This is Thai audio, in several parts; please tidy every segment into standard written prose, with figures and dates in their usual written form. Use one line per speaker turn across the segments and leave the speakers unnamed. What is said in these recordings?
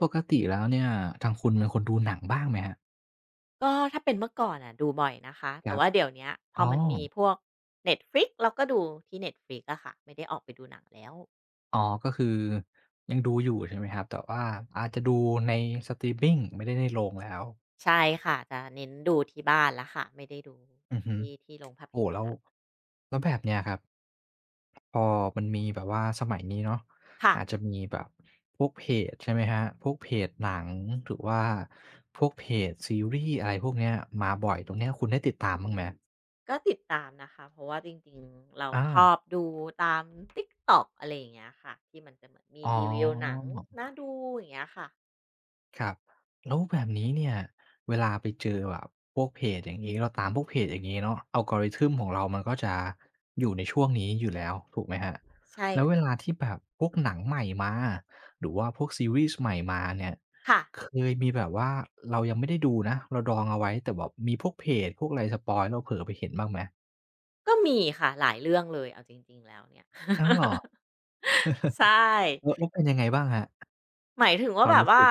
ปกติแล้วเนี่ยทางคุณเป็นคนดูหนังบ้างไหมครับ
ก็ถ้าเป็นเมื่อก่อนอ่ะดูบ่อยนะคะ
ค
แต่
รับ
ว่าเดี๋ยวเนี้ยพอ
อ๋อ
มันมีพวก Netflix เราก็ดูที่ Netflix อะค่ะไม่ได้ออกไปดูหนังแล้ว
อ๋อก็คือยังดูอยู่ใช่ไหมครับ แต่ว่าอาจจะดูในสตรีมมิงไม่ได้ในโรงแล้ว
ใช่ค่ะจะเน้นดูที่บ้านแล้วค่ะไม่ได้ดู
อือฮึ
ที่โรงภาพ
โอ้
ย
โฮ
นต
แล้
ร์
ว
แล้ว
แล้วแบบเนี้ยครับพอมันมีแบบว่าสมัยนี้เนาะ
ค่ะ
อาจจะมีแบบพวกเพจใช่ไหมครับพวกเพจหนังหรือว่าพวกเพจซีรีส์อะไรพวกเนี้ยมาบ่อยตรงเนี้ยคุณได้ติดตามบ้างไหม
ก็ติดตามนะคะเพราะว่าจริงๆเรา
อา
ชอบดูตาม TikTok อะไรอย่างเงี้ยค่ะที่มันจะเหมือนมี
อ๋
รีวิวหนัง
อ
น่าดูอย่างเงี้ยค่ะ
ครับแล้วแบบนี้เนี่ยเวลาไปเจอแบบพวกเพจอย่างงี้เราตามพวกเพจอย่างงี้เนาะ algorithm ของเรามันก็จะอยู่ในช่วงนี้อยู่แล้วถูกไหมครับ
ใช่
แล้วเว
ค่ะ
ลาที่แบบพวกหนังใหม่มาหรือว่าพวกซีรีส์ใหม่มาเนี่ย
ค่ะ
เคยมีแบบว่าเรายังไม่ได้ดูนะเราดองเอาไว้แต่แบบมีพวกเพจพวกอะไรสปอยล์เราเผลอไปเห็นบ้างไหม
ก็มีค่ะหลายเรื่องเลยเอาจริงๆแล้วเนี่ย
อ้าวเหรอ
ใช่
แล้ว แล้วเป็นยังไงบ้างครับ
หมายถึง
ค
ว่า
วาม
แบบ
รู้
ว่า
สึก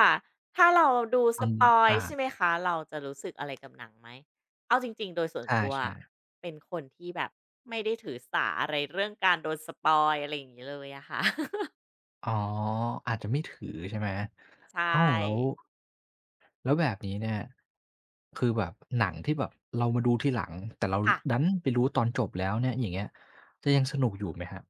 ถ้าเราดู
ต
ส
อน
ปอย
อ่า
ใช่ไหมคะเราจะรู้สึกอะไรกับหนังไหมเอาจริงๆโดยส่วนตัว
ใช่
อะเป็นคนที่แบบไม่ได้ถือสาอะไรเรื่องการโดนสปอยอะไรอย่างนี้เลยอะค่ะ
ๆอ๋ออาจจะไม่ถือใช่ไหม
ใช
อ้าวแล้ว
่
แล้วแบบนี้เนี่ยคือแบบหนังที่แบบเรามาดูทีหลังแต่เรา
ค่ะ
ดันไปรู้ตอนจบแล้วเนี่ยอย่างเงี้ยจะยังสนุกอยู่ไหมครับ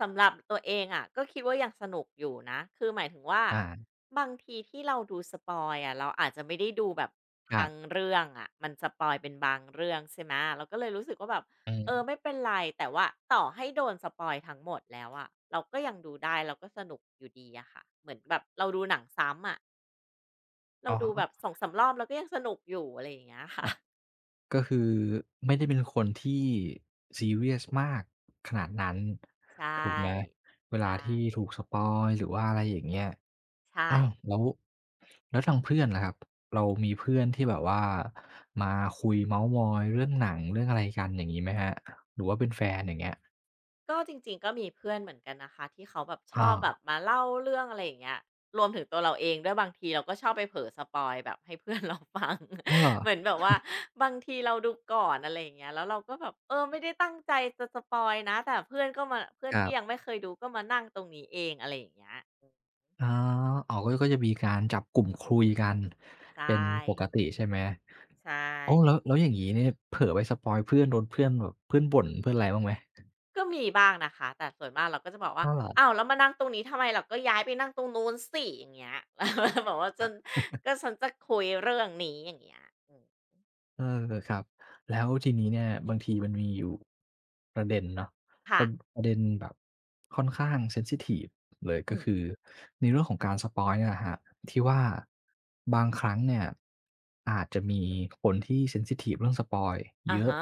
สำหรับตัวเองอ่ะก็คิดว่ายังสนุกอยู่นะคือหมายถึงว่า
อ่า
บางทีที่เราดูสปอยอ่ะเราอาจจะไม่ได้ดูแบบ
ครั
ทั้ง
บ
เรื่องอ่ะมันสปอยเป็นบางเรื่องใช่ไหมเราก็เลยรู้สึกว่าแบบ
อื
เออไม่
ม
เป็นไรแต่ว่าต่อให้โดนสปอยทั้งหมดแล้วอ่ะเราก็ยังดูได้เราก็สนุกอยู่ดีอะค่ะเหมือนแบบเราดูหนังซ้ำอ่ะเรา
อ๋
ดูแบบ
อ
สองสามรอบเราก็ยังสนุกอยู่อะไรอย่างเงี้ยค่ะ
อะ ก็คือไม่ได้เป็นคนที่ซีเรียสมากขนาดนั้น
ใช
ถูกไหม
่
เว
ใช่
ลาที่ถูกสปอยล์หรือว่าอะไรอย่างเงี้ย
ใช่
อ้าวแล้วแล้วทางเพื่อนล่ะครับเรามีเพื่อนที่แบบว่ามาคุยเม้าท์มอยเรื่องหนังเรื่องอะไรกันอย่างงี้ไหมครับหรือว่าเป็นแฟนอย่างเงี้ย
ก็จริงๆก็มีเพื่อนเหมือนกันนะคะที่เขาแบบชอ
อา
บแบบมาเล่าเรื่องอะไรอย่างเงี้ยรวมถึงตัวเราเองด้วยบางทีเราก็ชอบไปเผลอสปอยแบบให้เพื่อน เราฟัง
อ้าวเหรอ
เหมือนแบบว่าบางทีเราดูก่อนอะไรอย่างเงี้ยแล้วเราก็แบบเออไม่ได้ตั้งใจจะสปอยนะแต่เพื่อนก็มาเพื่อน
ครั
ที่ยัง
บ
ไม่เคยดูก็มานั่งตรงนี้เองอะไรอย่างเงี้ย
อ๋ออ๋อก็ก็จะมีการจับกลุ่มคุยกัน
ใช่
เป็นปกติใช่ไหม
ใช่
โอ้แล้วแล้วอย่างงี้เนี่ยเผลอไปสปอยล์เพื่อนโดนเพื่อนแบบเพื่อนบ่นเพื่อนอะไรบ้างไหม
ก็มีบ้างนะคะแต่ส่วนมากเราก็จะบอกว่า
อ้าวเหรอ
อ้าวแล้วมานั่งตรงนี้ทำไมเราก็ย้ายไปนั่งตรงนู้นสิอย่างเงี้ย แล้วบอกว่าจนก็ฉันจะคุยเรื่องนี้อย่างเงี้ยอืม
เออครับแล้วทีนี้เนี่ยบางทีมันมีอยู่ประเด็นเนาะป
ค่ะ
ระประเด็นแบบค่อนข้างเซนซิทิฟเลย
อื
ก็
ม
คือในเรื่องของการสปอยล์เนี่ยแหละครับที่ว่าบางครั้งเนี่ยอาจจะมีคนที่เซนซิทิฟเรื่องสปอยล์
อะ
เยอะ
ฮะ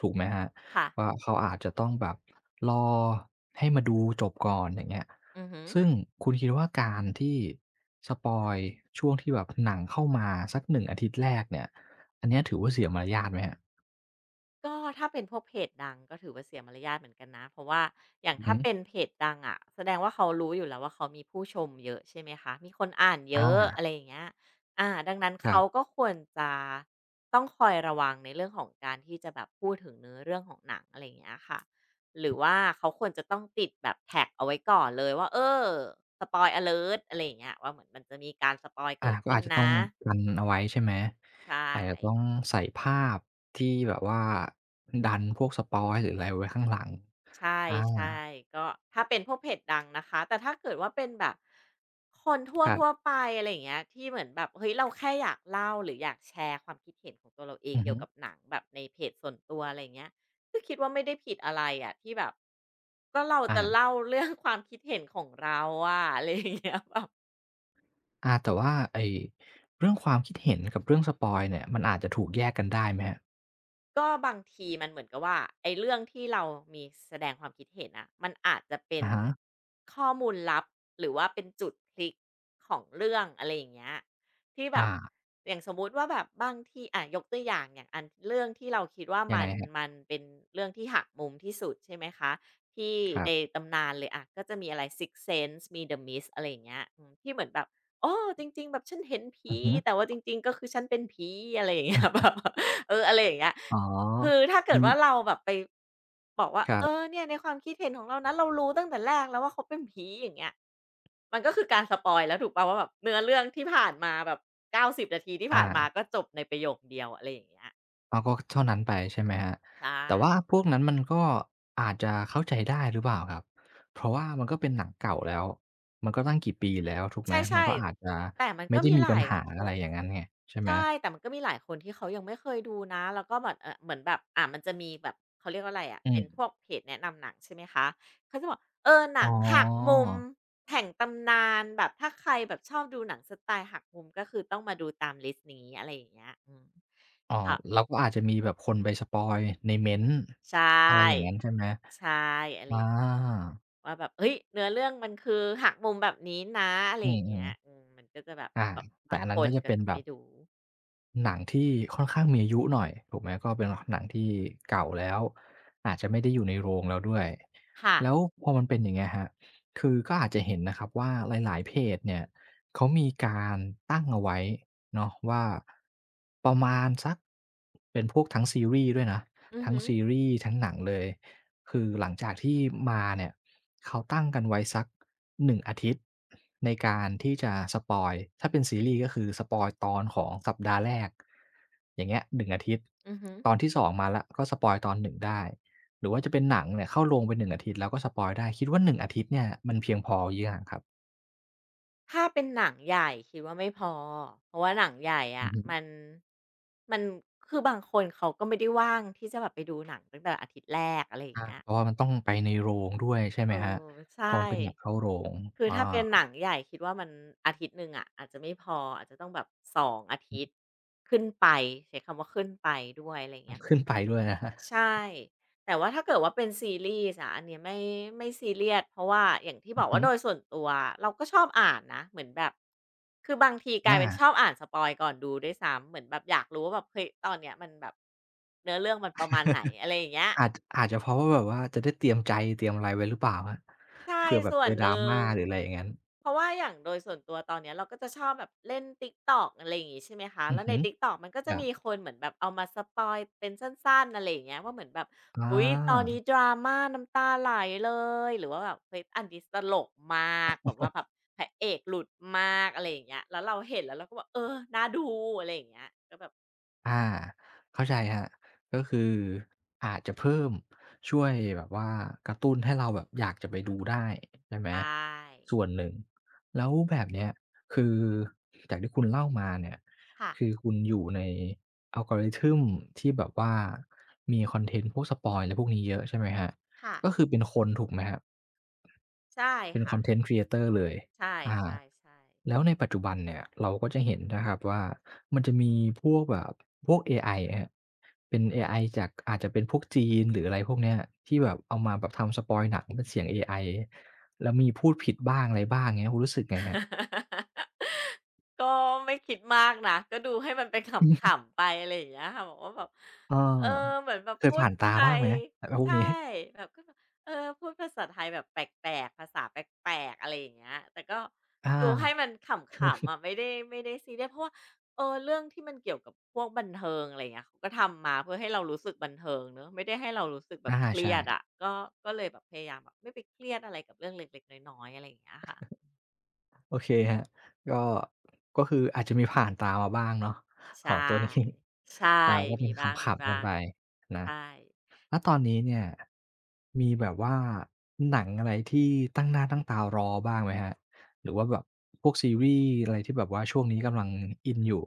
ถูกไหมครับ
ๆค่ะ
ว่าเขาอาจจะต้องแบบรอให้มาดูจบก่อนอย่างเงี้ย
อือฮึ
ซึ่งคุณคิดว่าการที่สปอยล์ช่วงที่แบบหนังเข้ามาสักหนึ่งอาทิตย์แรกเนี่ย อันเนี้ยถือว่าเสียมารยาทไหมครับ
ก็ถ้าเป็นพวกเพจดังก็ถือว่าเสียมารยาทเหมือนกันนะเพราะว่าอย่าง
อือ
ถ้า
ฮึ
เป็นเพจดังอะแสดงว่าเขารู้อยู่แล้วว่าเขามีผู้ชมเยอะใช่ไหมคะมีคนอ่านเยอะอะ
อา
ไรอย่างเงี้ยอาดังนั้น
ครั
เขาก็
บ
ควรจะต้องคอยระวังในเรื่องของการที่จะแบบพูดถึงเนื้อเรื่องของหนังอะไรอย่างเงี้ยค่ะหรือว่าเขาควรจะต้องติดแบบแท็กเอาไว้ก่อนเลยว่าเออสปอยอเลิร์อะไรอย่างเงี้ยว่าเหมือนมันจะมีการสปอยเกิด
ก็
ขึ้น
อาจจะต้อ
นะ
งกันเอาไว้ใช่ไหม
ใช่
อาจจะต้องใส่ภาพที่แบบว่าดันพวกสปอยล์หรืออะไรไว้ข้างหลัง
ใช่
อา
ใช่ก็ถ้าเป็นพวกเพจดังนะคะแต่ถ้าเกิดว่าเป็นแบบคนทั่ว
ครั
ทั่ว
บ
ไปอะไรอย่างเงี้ยที่เหมือนแบบเฮ้ยเราแค่อยากเล่าหรืออยากแชร์ความคิดเห็นของตัวเราเอง
อือ
เกี่
ฮึ
ยวกับหนังแบบในเพจส่วนตัวอะไรเงี้ยก็คิดว่าไม่ได้ผิดอะไรอะที่แบบก็เราจะ
อา
เล่าเรื่องความคิดเห็นของเราอะอะไรอย่างเงี้ย แบบ
แต่ว่าไอ้เรื่องความคิดเห็นกับเรื่องสปอยล์เนี่ยมันอาจจะถูกแยกกันได้ไหมครับ
ก็บางทีมันเหมือนกับว่าไอ้เรื่องที่เรามีแสดงความคิดเห็นอะมันอาจจะเป็น
อะฮะ
ข้อมูลลับหรือว่าเป็นจุดพลิกของเรื่องอะไรอย่างเงี้ยที่แบบ
อา
อย่างสมมุติว่าแบบบางทีอะยกตัวอย่างอย่างอันเรื่องที่เราคิดว่า
ยัง
มั
ไง
น
ครั
มั
บ
นเป็นเรื่องที่หักมุมที่สุดใช่ไหมคะที่
ครั
ใน
บ
ตำนานเลยอะก็จะมีอะไร s i x Sense มี The Mist อะมิสอะไรอย่างเงี้ยอืมที่เหมือนแบบโอ้อจริงๆแบบฉันเห็นผี
อือฮึ
แต่ว่าจริงๆก็คือฉันเป็นผีอะไรอย่างเงี้
อ
ย แบ
า
บเอออะไรอย่างเงี้ย
อ๋อ
คือถ้าเกิ
มั
ด
น
ว่าเราแบบไปบอกว่า
ครั
เออ
บ
เนี่ยในความคิดเห็นของเรานะเรารู้ตั้งแต่แรกแล้วว่าเขาเป็นผีอย่างเงี้ยมันก็คือการสปอยล์แล้วถูกเปล่าว่าแบบเนื้อเรื่องที่ผ่านมาแบบ90นาทีที่ผ่า
อา
นมาก็จบในประโยคเดียวอะไรอย่างเงี้ย
อันก็เท่านั้นไปใช่ไหมครับ
ใช่
แต่ว่าพวกนั้นมันก็อาจจะเข้าใจได้หรือเปล่าครับเพราะว่ามันก็เป็นหนังเก่าแล้วมันก็ตั้งกี่ปีแล้วถูก
ใ
ไหมมัน
ช่
ก็อาจจะ
ๆแต่มัน
ไม่
ก็
ได้
มี
มี
ห
ปั
ลา
ญ
ย
หา
ค
อะไร
น
อย่างงั้นไงใช่ไหม
ใช่แต่มันก็มีหลายคนที่เขายังไม่เคยดูนะแล้วก็แบบเหมือนแบบอ่ามันจะมีแบบเขาเรียกว่าอะไรอะ
อื
เป็นพว
ม
กเพจแนะนำหนังใช่ไหมคะเขาจะบอกเออห
อ๋
นังหัก
อ
มุมแห่งตำนานแบบถ้าใครแบบชอบดูหนังสไตล์หักมุมก็คือต้องมาดูตามลิสต์นี้อะไรอย่างเงี้ยอืม
อ๋อ
ค่ะ
เราก็อาจจะมีแบบคนไปสปอยล์ในเม้นต์
ใช่
อะไรอย่างงั้นใช่ไหม
ใช่อะไร
อ
อย่างงี้
า
ว่าแบบเฮ้ยเนื้อเรื่องมันคือหักมุมแบบนี้นะอะไร
อื
อย่างเงี้ย
อ
อืมมันก็จะแบบ
ๆ
บา
แต่
ง
อัน
ค
นั้น
น
ก็จะ
ก็
เป็น
จะ
แบ
ไม่
บ
รู้
หนังที่ค่อนข้างมีอายุหน่อยถูกไหมก็เป็นหนังที่เก่าแล้วอาจจะไม่ได้อยู่ในโรงแล้วด้วย
ค่ะ
แล้วพอมันเป็นอย่างเงี้ยครับคือก็อาจจะเห็นนะครับว่าหลายๆเพจเนี่ยเขามีการตั้งเอาไว้เนาะว่าประมาณสักเป็นพวกทั้งซีรีส์ด้วยนะ
อือ
ทั้ง
ฮึ
ซีรีส์ทั้งหนังเลยคือหลังจากที่มาเนี่ย เขาตั้งกันไว้สัก1อาทิตย์ในการที่จะสปอยล์ถ้าเป็นซีรีส์ก็คือสปอยล์ตอนของสัปดาห์แรกอย่างเงี้ย1อาทิตย์
อือฮึ
ตอนที่2มาแล้วก็สปอยล์ตอน1ได้หรือว่าจะเป็นหนังเนี่ยเข้าโรงไปหน1อาทิตย์แล้วก็สปอยล์ได้คิดว่า1อาทิตย์เนี่ยมันเพียงพอหรือยังครับ
ถ้าเป็นหนังใหญ่คิดว่าไม่พอเพราะว่าหนังใหญ่
อื
อะ
อฮึ
มันคือบางคนเขาก็ไม่ได้ว่างที่จะแบบไปดูหนังตั้งแต่อาทิตย์แรกอะไรอย่า
อา
งเงี้ย
เพราะว่ามันต้องไปในโรงด้วยใช่ไห
เอ
ม
อ
ครับ
ใช่
พอมันเป็นหนังเข้าโรง
คือ
อา
ถ้าเป็นหนังใหญ่คิดว่ามันอาทิตย์หนึ่งอะอาจจะไม่พออาจจะต้องแบบ2องอา
อือ
ทิตย์ขึ้นไปใช้คำว่าขึ้นไปด้วยอะไรอย่าง
ต้อ
เงี้
ง
ย
ขึ้นไปด้วยนะครับ
ใช่แต่ว่าถ้าเกิดว่าเป็นซีรีส์อะอันเนี้ยไม่ซีเรียสเพราะว่าอย่างที่บ
อื
อ
อ
กว่า
ฮึ
โดยส่วนตัวเราก็ชอบอ่านนะเหมือนแบบคือบางทีกลาย
อา
เป็นชอบอ่านสปอยล์ก่อนดูด้วยซ้ำเหมือนแบบอยากรู้ว่าแบบเฮ้ยตอนเนี้ยมันแบบเนื้อเรื่องมันประมาณไหนอะไรอย่างเงี้ย
อาจอาจจะเพราะว่าแบบว่าจะได้เตรียมใจเตรียมอะไรไว้หรือเปล่าครับ
ใช่
เผื่อแบบ
ส่ว
เจอ
นหนึ่
drama
ง
หรืออะไรอย่างงั้น
เพราะว่าอย่างโดยส่วนตัวตอนเนี้ยเราก็จะชอบแบบเล่น TikTok อะไรอย่างงี้ใช่ไหมคะ
อื
แล้
อ
วใน
ฮึ
TikTok มันก็
ค
จะ
รับ
มีคนเหมือนแบบเอามาสปอยล์เป็นสั้นๆอะไรอย่างเงี้ยว่าเหมือนแบบ
อ
อุ๊ยตอน
า
นี้ดราม่าน้ำตาไหลเลยหรือว่าแบบเฮ้ยอันนี้ตลกมากแบบว่าแบบพระเอกหลุดมากอะไรอย่างเงี้ยแล้วเราเห็นแล้วเราก็แบบเออน่าดูอะไรอย่างเงี้ยก็แบบ
อาเข้าใจครับก็คืออาจจะเพิ่มช่วยแบบว่ากระตุ้นให้เราแบบอยากจะไปดูได้ใช่ไหม
ใช่
ส่วนหนึ่งแล้วแบบเนี้ยคือจากที่คุณเล่ามาเนี่ย
ค่ะ
คือคุณอยู่ใน algorithm ที่แบบว่ามีคอนเทนต์พวกสปอยล์อะไรพวกนี้เยอะใช่ไหมครับ
ค่ะ
ก็คือเป็นคนถูกไหมครับ
ใช่
เป็นค
ค่ะ
อนเทนต์ creator เลย
ใช
อา
่ๆๆ
แล้วในปัจจุบันเนี่ย เราก็จะเห็นนะครับว่า มันจะมีพวกแบบ พวกเอไออะครับเป็นเอไอจากอาจจะเป็นพวกจีนหรืออะไรพวกเนี้ย ที่แบบเอามาแบบทำสปอยล์หนังเป็นเสียงเอไอแล้วมีพูดผิดบ้างอะไรบ้างเงี้ยคุณรู้สึกไงครับ
ก็ไม่คิดมากนะก็ดูให้มันเป็นขำๆไปอะไรอย่างเงี้ยค่ะบอกว่าแบบ
เอ
เออ
อ
เหมือนแบบ
เคย
พูด
ผ่านตา
ไท
บ้าง
ย
ไหมแบบพวก
ใช่
นี้
แบบก็แบบเออพูดภาษาไทยแบบแปลกๆภาษาแปลกๆอะไรอย่างเงี้ยแต่ก็
อา
ดูให้มันขำๆอะไม่ได้ซีเรียสเพราะว่าเออเรื่องที่มันเกี่ยวกับพวกบันเทิงอะไรเงี้ยเขาก็ทำมาเพื่อให้เรารู้สึกบันเทิงเนอะไม่ได้ให้เรารู้สึกแบ
อา
บเครี
ใช่
ยดอะก็ก็เลยแบบพยายามแบบไม่ไปเครียดอะไรกับเรื่องเล็กๆน้อยๆอะไรอย่างเงี้ยค่ะ
โอเคครับก็ก็คืออาจจะมีผ่านตามาบ้างเนาะข
ใช่
องตัวนี้
ใช่
อ่าก็
มี
เป็นข
บ้างมี
ำๆ
บ้า
กัน
ง
ไปนะ
ใช่
แล้วตอนนี้เนี่ยมีแบบว่าหนังอะไรที่ตั้งหน้าตั้งตารอบ้างไหมครับหรือว่าแบบพวกซีรีส์อะไรที่แบบว่าช่วงนี้กำลังอินอยู่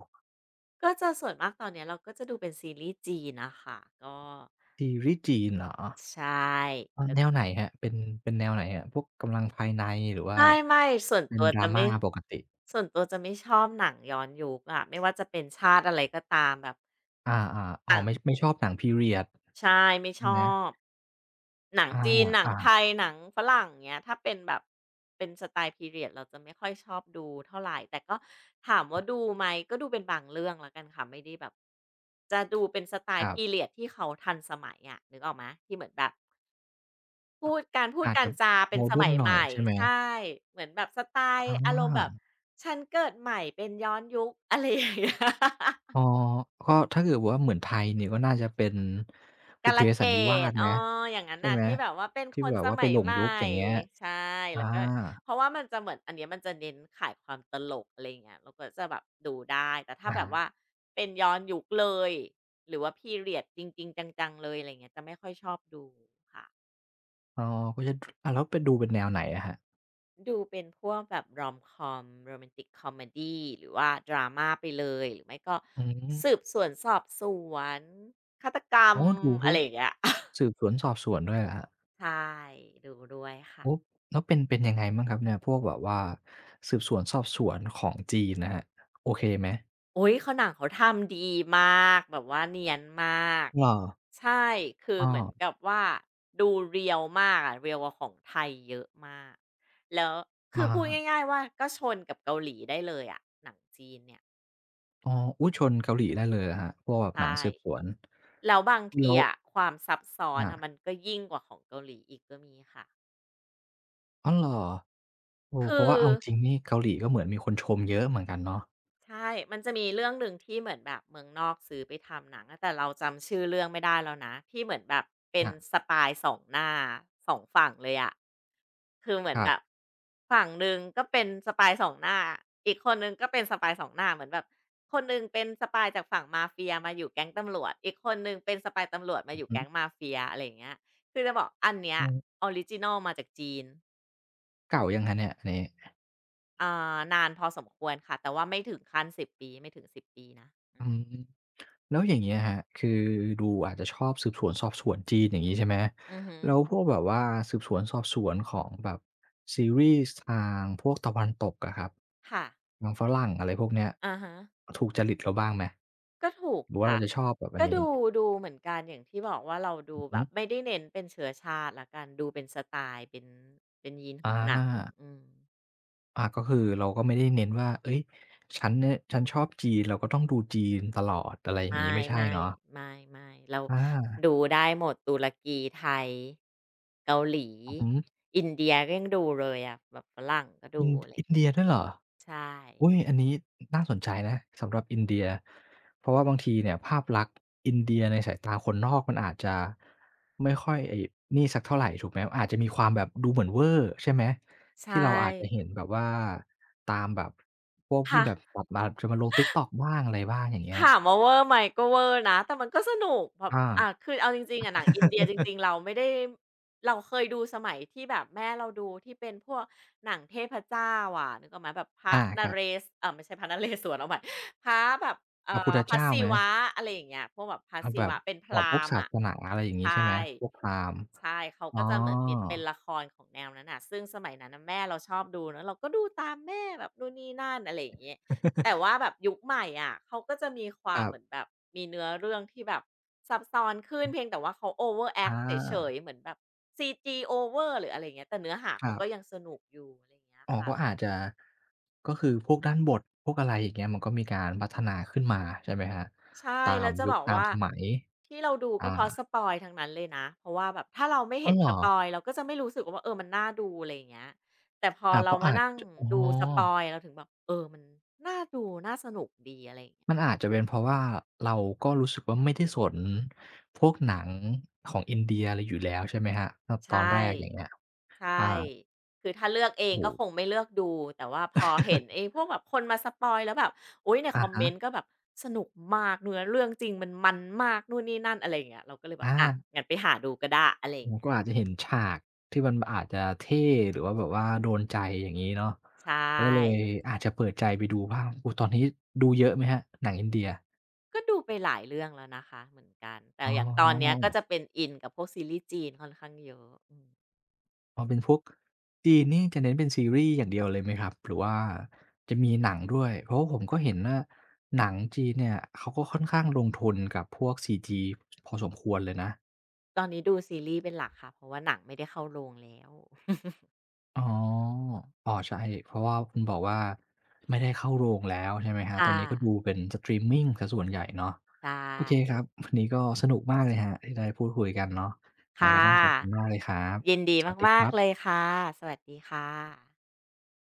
ก็จะส่วนมากตอนเนี้ยเราก็จะดูเป็นซีรีส์จีนอะค่ะก็
ซีรีส์จีนเหรอ
ใช
อา
่
แนวไหนครับเป็นเป็นแนวไหนครับพวกกำลังภายในหรือว่า
ไม่ๆ
เป็น drama ปกติ
ส่วนตัวจะไม่ชอบหนังย้อนยุคอะไม่ว่าจะเป็นชาติอะไรก็ตามแบบ
อาๆ
ห
อ๋อ
นัง
ไม่ชอบหนัง period
ใช่ไม่ช
ใช่
อ
ไหม
บหนังจีนหนัง
อา
ไท
ๆ
ยหนังฝรั่งเงี้ยถ้าเป็นแบบเป็นสไตล์ period เราจะไม่ค่อยชอบดูเท่าไรแต่ก็ถามว่าดูไหมก็ดูเป็นบางเรื่องแล้วกันค่ะไม่ได้แบบจะดูเป็นสไต
ค
ล์
รับ
period ที่เขาทันสมัยอะนึกออกไหมที่เหมือนแบบพูดการพูด
อาจ
การ
จะ
จาเป็
m
น
o
ส
d e ์
มั
n
ย
ห
ให
น่อย
ม่
ใช่ไหม
ใช่เหมือนแบบสไต
อ
ล์อารมณ์แบบ
า
ฉันเกิดใหม่เป็นย้อนยุคอะไรอย่างเงี้ย
อ๋อก็ถ้าเกิดว่าเหมือนไทยเนี่ยก็น่าจะเป็นบุ
กา
พ
ล
เพ
เก
สันนิวา
ต
ส
อ้
ไห
อ
ม
อย่างงั้น
ใช่
น่ะ
ไหม
ที่แบบว่าเป็น
ที่
คน
แบบ
ส
ว่าไป
มัย
หลง
ใหม่
ยุคอย่างเงี้ย
ใช่
อา
แล้วก็เพราะว่ามันจะเหมือนอันเนี้ยมันจะเน้นขายความตลกอะไรอย่างเงี้ยเราก็จะแบบดูได้แต่ถ้า
อา
แบบว่าเป็นย้อนยุคเลยหรือว่า Period จริงๆจังๆเลยอะไรอย่างเงี้ยจะไม่ค่อยชอบดูค่ะ
อ๋อก็จะดอ่าแล้วไปดูเป็นแนวไหนอะครับ
ดูเป็นพวกแบบ Rom-com Romantic Comedy หรือว่า Drama ไปเลยหรือไม่ก็
อื
สืบ
ม
สวนสอบสวนฆาตกรรม
อ๋อดูพ
อะ
ว
ไร
ก
อย่างเงี้ย
สืบสวนสอบสวนด้วยเหรอครับ
ใช่ดูด้วยค่ะ
โอ้แล้วเป็นเป็นยังไงบ้างครับเนี่ยพวกแบบว่าสืบสวนสอบสวนของจีนน่ะครับโอเคไหม
อุ๊ยเขาหนังเขาทำดีมากแบบว่าเนียนมาก
เหรอ
ใช่คือ
อ้
เหมือน
อ
กับว่าดูเรียลมากอะเรีย l กว่าของไทยเยอะมากแล้วคือ
อา
พูดง่ายๆว่าก็ชนกับเกาหลีได้เลยอะหนังจีนเนี่ย
อ๋ออุ๊ยชนเกาหลีได้เลยเหรอครับพวกแบบหนัง
ใช่
สืบสวน
แล้วบางที
แล้ว
อะความซับซ้อนอะ
อา
มันก็ยิ่งกว่าของเกาหลีอีกก็มีค่ะ
อ้าวเหรอเออเพ
คื
ราะว่า
อ
เอาจริงนี่เกาหลีก็เหมือนมีคนชมเยอะเหมือนกันเนาะ
ใช่มันจะมีเรื่องหนึ่งที่เหมือนแบบเมืองนอกซื้อไปทำหนังอะแต่เราจำชื่อเรื่องไม่ได้แล้วนะ ที่เหมือนแบบเป็น
อา
สปายสองหน้าสองฝั่งเลยอะคือเหมือ
ค
น
รั
แบบ
บ
ฝั่งหนึ่งก็เป็นสปายสองหน้า อีกคนหนึ่งก็เป็นสปายสองหน้าเหมือนแบบคนหนึ่งเป็นสปายจากฝั่งมาเฟียมาอยู่แก๊งตำรวจอีกคนหนึ่งเป็นสปายตำรวจมา
อื
อ
อ
ยู่
ฮึ
แก๊งมาเฟียอะไรอย่างเงี้ยคือจะบอกอันเนี้ย
อืม
ออริจินอลมาจากจีน
เก่ายังครับเนี่ยอันนี้
อ่นานพอสมควรค่ะแต่ว่าไม่ถึงขั้นสิบปีไม่ถึงสิบปีนะ
อืมแล้วอย่างเงี้ยครับคือดูอาจจะชอบสืบสวนสอบสวนจีนอย่างงี้ใช่ไหม
อือฮึ
แล้วพวกแบบว่าสืบสวนสอบสวนของแบบซีรีส์ทางพวกตะวันตกอะครับ
ค่ะ
หนังฝรั่งอะไรพวกเนี้ย
อาฮะ
ถูกจริตเราบ้างไหม
ก็ถูก
หรือว่า
ค่ะ
เราจะชอบแบบอัน
ก็
นี้
ดูเหมือนกันอย่างที่บอกว่าเราดู
อือ
แบ
ฮึ
บไม่ได้เน้นเป็นเชื้อชาติแล้วกันดูเป็นสไตล์เป็นยีนข
อ
องหนัง
า
อืม
อาก็คือเราก็ไม่ได้เน้นว่าเฮ้ยฉันเนี่ยฉันชอบจีนเราก็ต้องดูจีนตลอดอะไรอย่างงี้
ไม่
ไม่ใช่
ไม่
เนาะ
ไม่ไม่เรา
อา
ดูได้หมดตุรกีไทยเกาหลี
อือฮึ
อินเดียก็ยังดูเลยอะแบบฝรั่งก็
อิ
ดู
น
อะไร
อินเดียด้วยเหรอ
ใช่
อุ๊ยอันนี้น่าสนใจนะสำหรับอินเดียเพราะว่าบางทีเนี่ยภาพลักษณ์อินเดียในสายตาคนนอกมันอาจจะไม่ค่อยไอ้นี่สักเท่าไรถูกไหมอาจจะมีความแบบดูเหมือนเวอร์ใช่ไหม
ใช
ที่เราอาจจะ
่
เห็นแบบว่าตามแบบพวกที่
ค่ะ
แบบตัดมาจะมาลง TikTok บ้างอะไรบ้างอย่างเงี้ย
ถามว่าเวอร์ไหมก็เวอร์นะแต่มันก็สนุกแบบ
อา
คือเอาจริงๆอะหนังอินเดียจริงๆเราไม่ได้เราเคยดูสมัยที่แบบแม่เราดูที่เป็นพวกหนังเทพเจ้าอะนึกออกไหมแบบพระ
อา
น
ครับ
เรศไม่ใช่พระนเรศวรเอาใหม่พระแบบ
พระพุทธ
พระ
เจ้า
ศิ
ไหม
วะอะไรอย่างเงี้ยพวกแบบพระ
เอา
ศิ
แบบ
วะเป็นพ
บอก
รา
พวก
หมณ์
ศา
อะ
สนาอะไรอย่างงี้
ใช่
ใช่ไหมพวกพราหมณ์
ใช่เขา
อ๋อ
ก็จะเหมือนมีเป็นละครของแนวนั้นน่ะซึ่งสมัยนั้นน่ะแม่เราชอบดูเนาะเราก็ดูตามแม่แบบนู่นนี่นั่นอะไรอย่างงี้ แต่ ว่าแบบยุคใหม่อะเขาก็จะมีควา
ค
ม
รั
เหมือนแบ
บ
บมีเนื้อเรื่องที่แบบซับซ้อนขึ้นเพียงแต่ว่าเขา over a c ค
อา
เฉยๆเหมือนแบบซีจีโอเวอร์หรืออะไรเงี้ยแต่เนื้อหา
ค
เขา
รั
ก็
บ
ยังสนุกอยู่อะไรงเงี้ย
อ๋อ
ค่ะ
ก็อาจจะก็คือพวกด้านบทพวกอะไรอย่างเงี้ยมันก็มีการพัฒนาขึ้นมาใช่ไหมครับ
ใช่
ตา
แล้
ม
วจะ
ยุ
บ
ค
อก
ตาม
ว่า
สมัย
ที่เราดูก็
อา
เพราะสปอยทั้งนั้นเลยนะเพราะว่าแบบถ้าเราไม่เห็
อ้าว
น
เหร
ส
อ
ปอยเราก็จะไม่รู้สึกว่าเออมันน่าดูอะไรอย่างเงี้ยแต่พอ
อาเพ
เรา
ราะ
มา
อาจ
นั่ง
จอ๋อ
ดูสปอยเราถึงแบบเออมันน่าดูน่าสนุกดีอะไรอย่างเงี้
มั
ย
นอาจจะเป็นเพราะว่าเราก็รู้สึกว่าไม่ได้สนพวกหนังของอินเดียอะไรอยู่แล้วใช่ไหมครับตตอ
ใช่
นแรกอย่างเงี้ย
ใช่
อา
คือถ้าเลือกเอง
โอ้
ก็
โฮ
คงไม่เลือกดูแต่ว่าพอเห็นไอ้พวกแบบคนมาสปอยแล้วแบบอุ๊ยในค
อะ
อมเมนต์ก็
ฮะ
แบบสนุกมากเนื้อเรื่องจริงมันมากนู่นนี่นั่นอะไรอย่างเงี้ยเราก็เลยแบบ
อา
อะงั้นไปหาดูก็ได้อะไรอ
ผ
ย่าง
ม
เงี้ย
ก็อาจจะเห็นฉากที่มันอาจจะเท่หรือว่าแบบว่าโดนใจอย่างงี้เนาะ
ใช
ก็เลย
่
อาจจะเปิดใจไปดูบ้างโอ้ตอนนี้ดูเยอะไหมครับหนังอินเดีย
ก็ดูไปหลายเรื่องแล้วนะคะเหมือนกันแต่
อ๋อ
อย่างตอนเนี้ยก็จะเป็นอินกับพวกซีรีส์จีนค่อนข้างเยอะอืม
พอเป็นพวกจีนนี่จะเน้นเป็นซีรีส์อย่างเดียวเลยไหมครับ หรือว่าจะมีหนังด้วยเพราะว่าผมก็เห็นว่าหนังจีนเนี่ยเขาก็ค่อนข้างลงทุนกับพวก CG พอสมควรเลยนะ
ตอนนี้ดูซีรีส์เป็นหลักค่ะเพราะว่าหนังไม่ได้เข้าโรงแล้ว
อ๋ออ๋อใช่ เพราะว่าคุณบอกว่าไม่ได้เข้าโรงแล้วใช่ไหมค
ค
รับตอนนี้ก็ดู
่ะ
เป็นสตรีมมิงเสียส่วนใหญ่เนาะ
ใช
โอเค
่
ครับวันนี้ก็สนุกมากเลยครับที่ได้พูดคุยกันเนาะยังไงก็
ค่ะ
ต้องขอบคุณมากเลยครับ
ยินดี
สวัสดีค
มาก
รั
ๆเลย
บ
ค่ะ สวัสดีค่ะ